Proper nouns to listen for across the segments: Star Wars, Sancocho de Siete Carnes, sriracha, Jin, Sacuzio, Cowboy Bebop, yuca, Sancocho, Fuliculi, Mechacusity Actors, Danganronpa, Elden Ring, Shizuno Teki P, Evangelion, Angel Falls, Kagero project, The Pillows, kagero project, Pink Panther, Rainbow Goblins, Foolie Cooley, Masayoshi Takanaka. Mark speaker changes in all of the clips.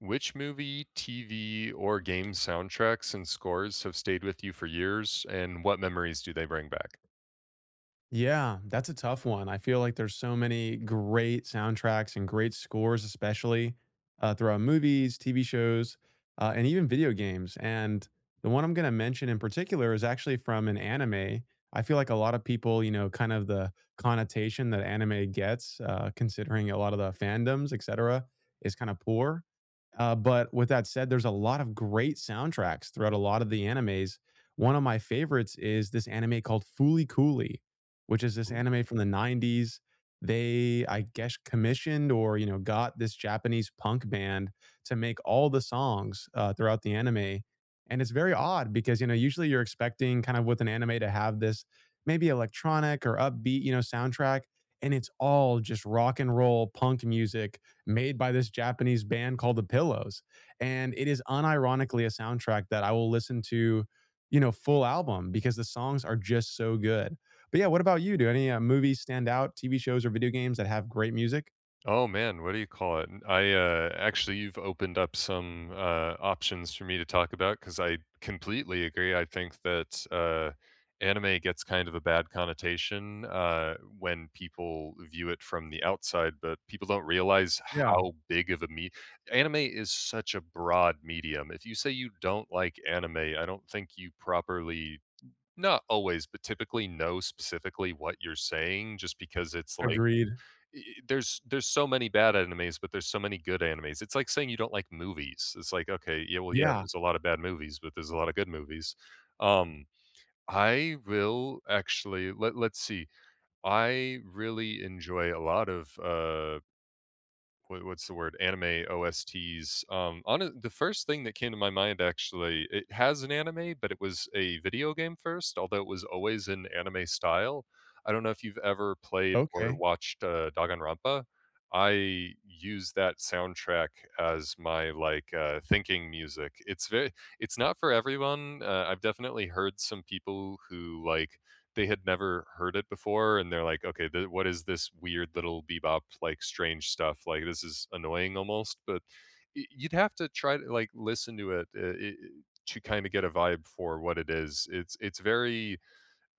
Speaker 1: Which movie, TV, or game soundtracks and scores have stayed with you for years, and what memories do they bring back?
Speaker 2: Yeah, that's a tough one. I feel like there's so many great soundtracks and great scores, especially throughout movies, TV shows, and even video games. And the one I'm going to mention in particular is actually from an anime. I feel like a lot of people, kind of the connotation that anime gets, considering a lot of the fandoms, etc., is kind of poor. But with that said, there's a lot of great soundtracks throughout a lot of the animes. One of my favorites is this anime called Foolie Cooley, which is this anime from the 90s. They, I guess, commissioned or, you know, got this Japanese punk band to make all the songs throughout the anime. And it's very odd because, you know, usually you're expecting kind of with an anime to have this maybe electronic or upbeat, you know, soundtrack. And it's all just rock and roll punk music made by this Japanese band called The Pillows. And it is unironically a soundtrack that I will listen to, you know, full album because the songs are just so good. But yeah, what about you? Do any, movies stand out, TV shows or video games that have great music?
Speaker 1: Oh man, what do you call it? I actually, you've opened up some options for me to talk about because I completely agree. I think that anime gets kind of a bad connotation when people view it from the outside, but people don't realize
Speaker 2: Yeah,
Speaker 1: how big of a me. Anime is such a broad medium. If you say you don't like anime, I don't think you properly. Not always, but typically know specifically what you're saying, just because it's like
Speaker 2: agreed.
Speaker 1: I there's so many bad animes, but there's so many good animes. It's like saying you don't like movies. It's like, okay, yeah, well, yeah,
Speaker 2: Yeah,
Speaker 1: there's a lot of bad movies, but there's a lot of good movies. Um, I will actually let's see. I really enjoy a lot of, what's the word, anime OSTs. On the first thing that came to my mind, actually, it has an anime, but it was a video game first, although it was always in anime style. I don't know if you've ever played or
Speaker 2: okay.
Speaker 1: watched Danganronpa. I use that soundtrack as my like thinking music. It's not for everyone. I've definitely heard some people who, like, they had never heard it before, and they're like, okay, what is this weird little bebop, like, strange stuff, like, this is annoying almost. But you'd have to try to, like, listen to it, to kind of get a vibe for what it is. It's very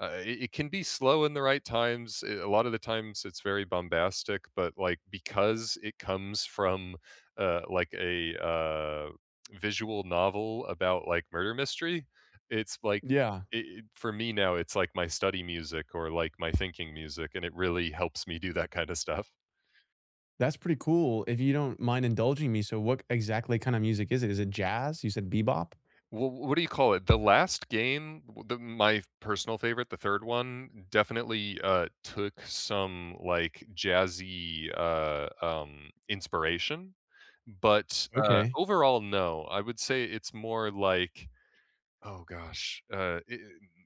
Speaker 1: it, it can be slow in the right times. A lot of the times it's very bombastic, but like, because it comes from like a visual novel about like murder mystery, it's like
Speaker 2: Yeah,
Speaker 1: it, for me now, it's like my study music or like my thinking music, and it really helps me do that kind of stuff.
Speaker 2: that's pretty cool. If you don't mind indulging me, so what exactly kind of music is it? Is it jazz? You said bebop?
Speaker 1: Well, what do you call it? The last game, the my personal favorite, the 3rd one, definitely, took some, like, jazzy, inspiration, but, mhm,
Speaker 2: Okay.
Speaker 1: overall, no. I would say it's more like, oh gosh, I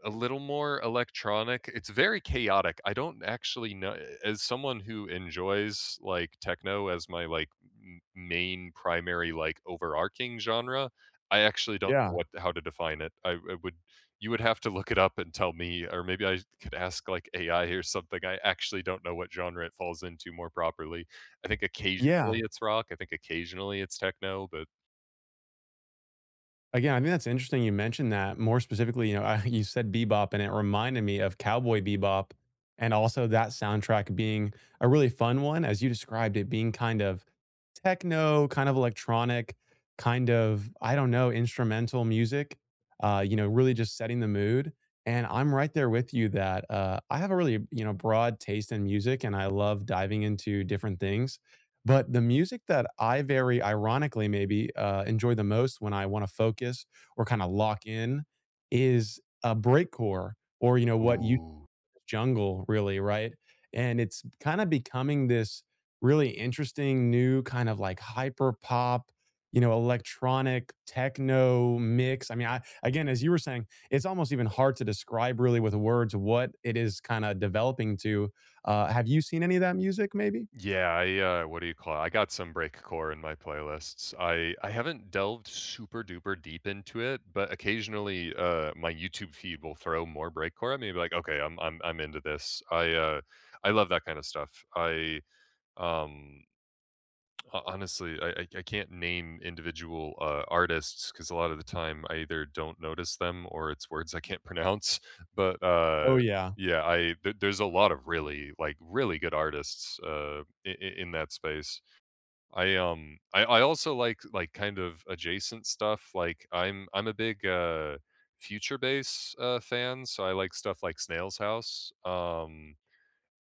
Speaker 1: a little more electronic. It's very chaotic. I don't actually know, as someone who enjoys, like, techno as my, like, m main primary, like, overarching genre, I actually don't know
Speaker 2: Yeah.
Speaker 1: what how to define it. I would, you would have to look it up and tell me, or maybe I could ask, like, AI or something. I actually don't know what genre it falls into more properly. I think occasionally
Speaker 2: Yeah.
Speaker 1: it's rock, I think occasionally it's techno, but
Speaker 2: Again, I think that's interesting you mentioned that. More specifically, I, you said bebop, and it reminded me of Cowboy Bebop, and also that soundtrack being a really fun one, as you described it, being kind of techno, kind of electronic, kind of, I don't know, instrumental music. You know, really just setting the mood. And I'm right there with you that I have a really, you know, broad taste in music, and I love diving into different things. But the music that I very ironically, maybe, enjoy the most when I wanna focus or kinda lock in is a breakcore, or, you know, what you
Speaker 1: ooh.
Speaker 2: jungle really, right? And it's kinda becoming this really interesting new kind of like hyper pop, you know, electronic techno mix. I mean, I, again, as you were saying, it's almost even hard to describe really with words what it is kinda developing to. Have you seen any of that music maybe?
Speaker 1: Yeah, I, what do you call it? I got some breakcore in my playlists. I haven't delved super duper deep into it, but occasionally, my YouTube feed will throw more breakcore at me, and be like, "Okay, I'm into this." I love that kind of stuff. Um Ho honestly, I can't name individual, artists, because a lot of the time I either don't notice them, or it's words I can't pronounce, but,
Speaker 2: Oh, yeah.
Speaker 1: yeah, I there's a lot of really, like, really good artists, I in that space. I also like, kind of adjacent stuff, like, I'm a big, future bass, fan, so I like stuff like Snail's House.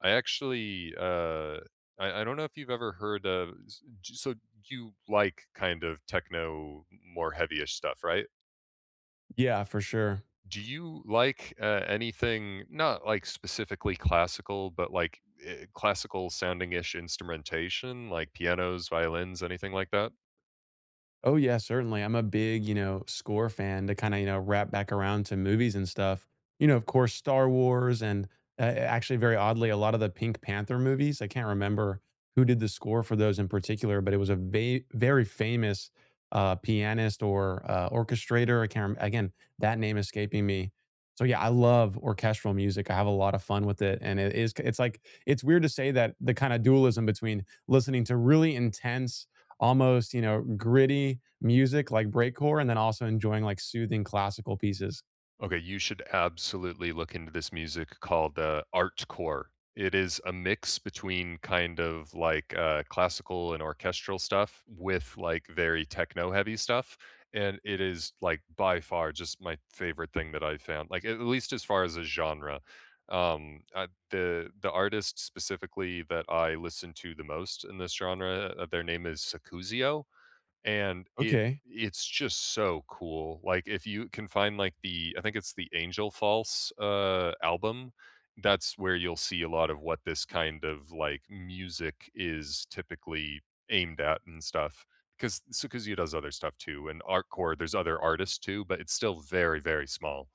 Speaker 1: I actually, I don't know if you've ever heard of. So you like kind of techno, more heavyish stuff, right?
Speaker 2: Yeah, for sure.
Speaker 1: Do you like anything, not like specifically classical, but like, classical sounding ish instrumentation, like pianos, violins, anything like that?
Speaker 2: Oh yeah, certainly. I'm a big, you know, score fan, to kind of, you know, wrap back around to movies and stuff. You know, of course, Star Wars and actually, very oddly, a lot of the Pink Panther movies. I can't remember who did the score for those in particular, but it was a very famous pianist or orchestrator. I can't remember. Again, that name escaping me. So yeah, I love orchestral music. I have a lot of fun with it, and it is. It's like, it's weird to say that, the kind of dualism between listening to really intense, almost, you know, gritty music like breakcore, and then also enjoying like soothing classical pieces.
Speaker 1: Okay, you should absolutely look into this music called Artcore. It is a mix between kind of like classical and orchestral stuff with like very techno heavy stuff. And it is like by far just my favorite thing that I found, like, at least as far as a genre. The artist specifically that I listen to the most in this genre, their name is Sacuzio, and
Speaker 2: Okay,
Speaker 1: it's just so cool. Like, if you can find, like, the I think it's the Angel Falls, album, that's where you'll see a lot of what this kind of, like, music is typically aimed at and stuff. Because Sukuzu does other stuff too, and Artcore, there's other artists too, but it's still very, very small.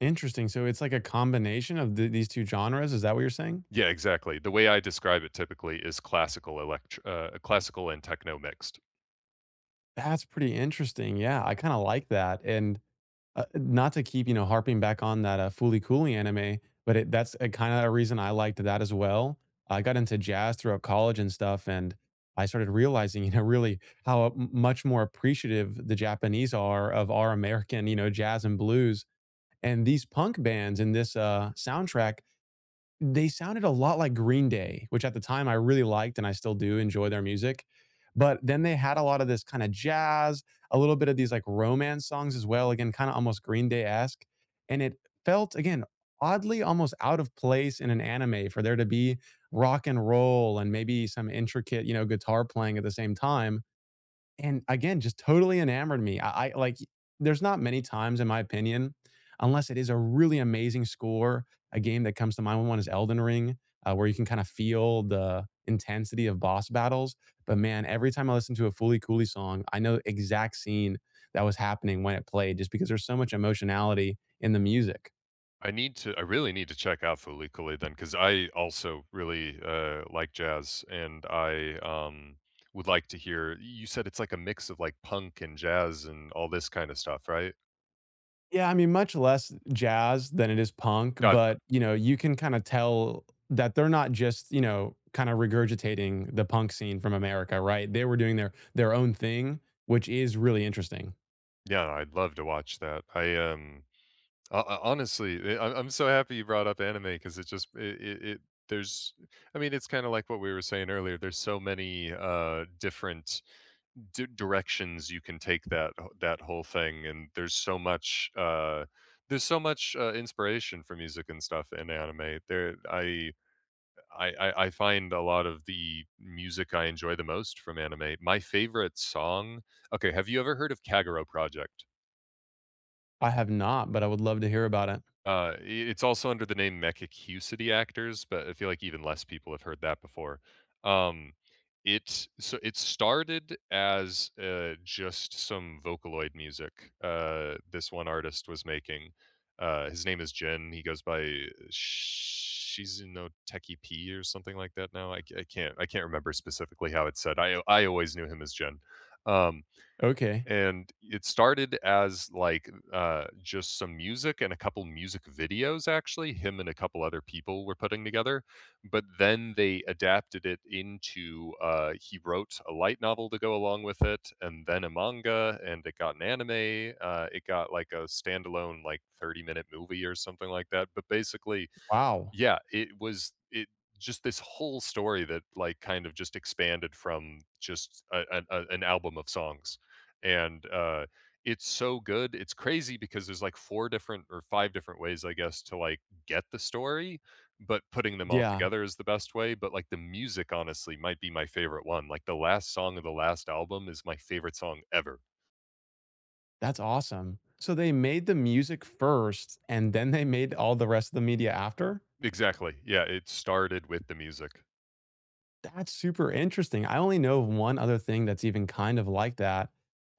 Speaker 2: interesting. So it's like a combination of these two genres. Is that what you're saying?
Speaker 1: Yeah, exactly. The way I describe it typically is classical elect classical and techno mixed.
Speaker 2: That's pretty interesting. Yeah, I kind of like that. And not to keep, you know, harping back on that Foolie Cooley anime, but it, that's a kind of a reason I liked that as well. I got into jazz throughout college and stuff, and I started realizing, you know, really how much more appreciative the Japanese are of our American, you know, jazz and blues. And these punk bands in this soundtrack, they sounded a lot like Green Day, which at the time I really liked, and I still do enjoy their music. But then they had a lot of this kind of jazz, a little bit of these like romance songs as well, again, kind of almost Green Day esque. And it felt, again, oddly almost out of place in an anime for there to be rock and roll and maybe some intricate, you know, guitar playing at the same time, and again, just totally enamored me. I like, there's not many times in my opinion, unless it is a really amazing score, a game that comes to mind, one is Elden Ring, where you can kind of feel the intensity of boss battles, but man, every time I listen to a Foolie Cooley song, I know the exact scene that was happening when it played, just because there's so much emotionality in the music.
Speaker 1: I really need to check out Fuliculi then, because I also really, like jazz, and would like to hear, you said it's like a mix of, like, punk and jazz and all this kinda stuff, right?
Speaker 2: Yeah, I mean, much less jazz than it is punk,
Speaker 1: Gotcha.
Speaker 2: but, you know, you can kinda tell that they're not just, you know, kinda regurgitating the punk scene from America, right? They were doing their own thing, which is really interesting.
Speaker 1: Yeah, I'd love to watch that. I, ho honestly, I'm so happy you brought up anime, because it just it it it there's I mean, it's kinda like what we were saying earlier, there's so many, different directions you can take that that whole thing, and there's so much inspiration for music and stuff in anime there. I find a lot of the music I enjoy the most from anime, my favorite song, okay, have you ever heard of Kagero Project?
Speaker 2: I have not, but I would love to hear about it.
Speaker 1: I it's also under the name Mechacusity Actors, but I feel like even less people have heard that before. Um, it, so it started as, just some Vocaloid music, this one artist was making. His name is Jin, he goes by Shizuno Teki P or something like that now, I can't remember specifically how it's said, I always knew him as Jin. Um,
Speaker 2: Okay.
Speaker 1: and it started as, like, just some music and a couple music videos, actually, him and a couple other people were putting together, but then they adapted it into, he wrote a light novel to go along with it, and then a manga, and it got an anime, it got, like, a standalone, like, 30-minute movie or something like that. But basically,
Speaker 2: Wow.
Speaker 1: yeah, it was it just this whole story that, like, kind of just expanded from just a an album of songs, and, it's so good, it's crazy, because there's, like, 4 different or 5 different ways, I guess, to, like, get the story, but putting them all
Speaker 2: Yeah,
Speaker 1: together is the best way. But, like, the music, honestly, might be my favorite one, like, the last song of the last album is my favorite song ever.
Speaker 2: that's awesome. So they made the music first, and then they made all the rest of the media after?
Speaker 1: Exactly, yeah, it started with the music.
Speaker 2: That's super interesting. I only know of one other thing that's even kind of like that.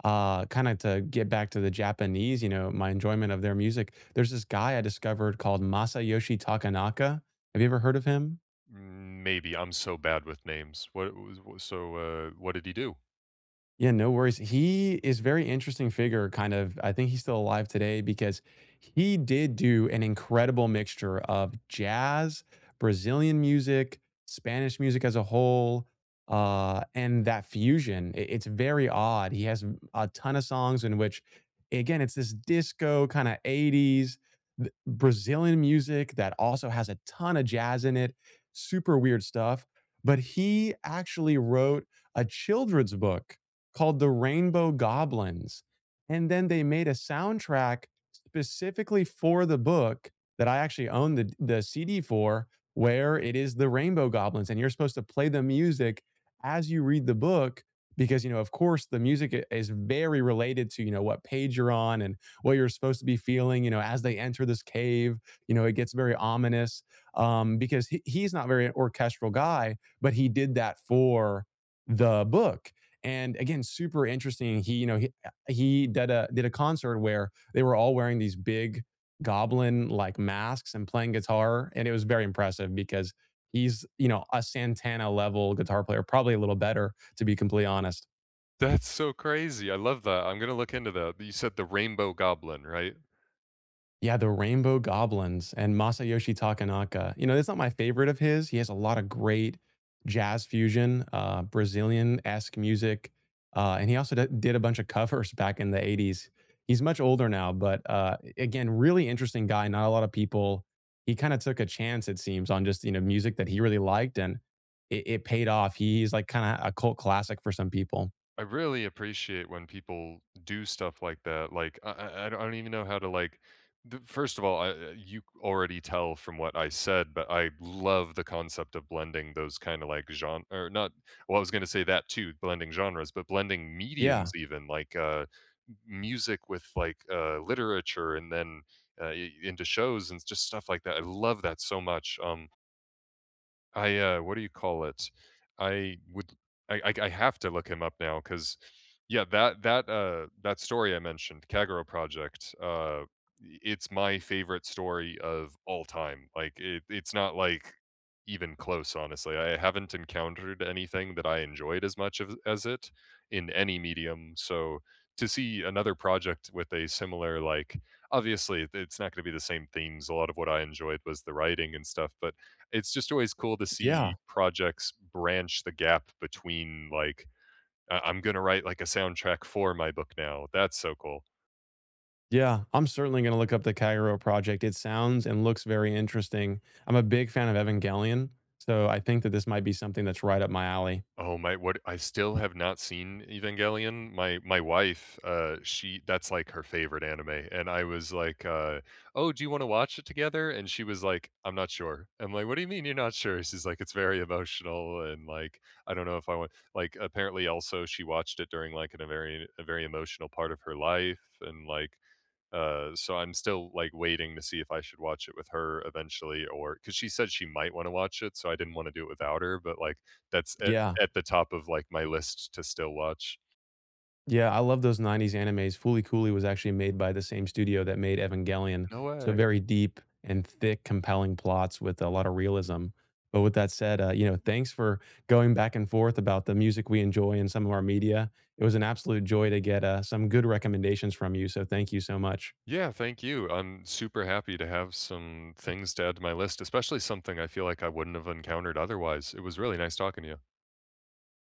Speaker 2: Kind of to get back to the Japanese, you know, my enjoyment of their music. There's this guy I discovered called Masayoshi Takanaka. Have you ever heard of him?
Speaker 1: Maybe, I'm so bad with names. What was wha so, what did he do?
Speaker 2: Yeah, no worries. He is very interesting figure, kind of. I think he's still alive today, because he did do an incredible mixture of jazz, Brazilian music, Spanish music as a whole, and that fusion. It's very odd. He has a ton of songs in which, again, it's this disco kind of 80s Brazilian music that also has a ton of jazz in it. Super weird stuff. But he actually wrote a children's book called the Rainbow Goblins. And then they made a soundtrack specifically for the book, that I actually own the CD for, where it is the Rainbow Goblins. And you're supposed to play the music as you read the book, because, you know, of course the music is very related to, you know, what page you're on and what you're supposed to be feeling, you know, as they enter this cave, you know, it gets very ominous. Um, because he, he's not very an orchestral guy, but he did that for the book. And again, super interesting, he, you know, he did a concert where they were all wearing these big goblin like masks and playing guitar, and it was very impressive, because he's, you know, a Santana level guitar player, probably a little better, to be completely honest.
Speaker 1: That's so crazy, I love that, I'm gonna look into that. You said the Rainbow Goblin, right?
Speaker 2: Yeah, the Rainbow Goblins and Masayoshi Takanaka. You know, it's not my favorite of his. He has a lot of great jazz fusion, Brazilian esque music. And he also did a bunch of covers back in the 80s. He's much older now, but again, really interesting guy. Not a lot of people. He kind of took a chance, it seems, on just, you know, music that he really liked, and it paid off. He's like kind of a cult classic for some people.
Speaker 1: I really appreciate when people do stuff like that. I don't even know how to like. The, first of all, you already tell from what I said, but I love the concept of blending those kind of like genre or not. Well, I was going to say that too, blending genres, but blending mediums
Speaker 2: Yeah.
Speaker 1: even, like, music with like, literature, and then into shows and just stuff like that. I love that so much. What do you call it? I would, I have to look him up now because, yeah, that story I mentioned, Kagero Project, it's my favorite story of all time. It's not like even close, honestly. I haven't encountered anything that I enjoyed as much of, as it, in any medium. So to see another project with a similar, like, obviously it's not going to be the same themes, a lot of what I enjoyed was the writing and stuff. But it's just always cool to see
Speaker 2: Yeah.
Speaker 1: projects branch the gap between, like, I'm gonna write, like, a soundtrack for my book now." That's so cool.
Speaker 2: Yeah, I'm certainly going to look up the Kagero project. It sounds and looks very interesting. I'm a big fan of Evangelion, so I think that this might be something that's right up my alley.
Speaker 1: Oh my, what, I still have not seen Evangelion. My wife, she, that's, like, her favorite anime, and I was like, "Oh, do you wanna watch it together?" And she was like, "I'm not sure." I'm like, "What do you mean you're not sure?" She's like, "It's very emotional," and, like, "I don't know if I want," like, apparently also she watched it during, like, an a very emotional part of her life, and, like, so I'm still, like, waiting to see if I should watch it with her eventually, or because she said she might wanna watch it, so I didn't wanna do it without her. But, like, that's
Speaker 2: Yeah.
Speaker 1: at the top of, like, my list to still watch.
Speaker 2: Yeah, I love those 90s animes. Foolie Coolie was actually made by the same studio that made Evangelion.
Speaker 1: No
Speaker 2: So
Speaker 1: way.
Speaker 2: very deep and thick, compelling plots with a lot of realism. But with that said, you know, thanks for going back and forth about the music we enjoy and some of our media. It was an absolute joy to get some good recommendations from you. So thank you so much.
Speaker 1: Yeah, thank you. I'm super happy to have some things to add to my list, especially something I feel like I wouldn't have encountered otherwise. It was really nice talking to you.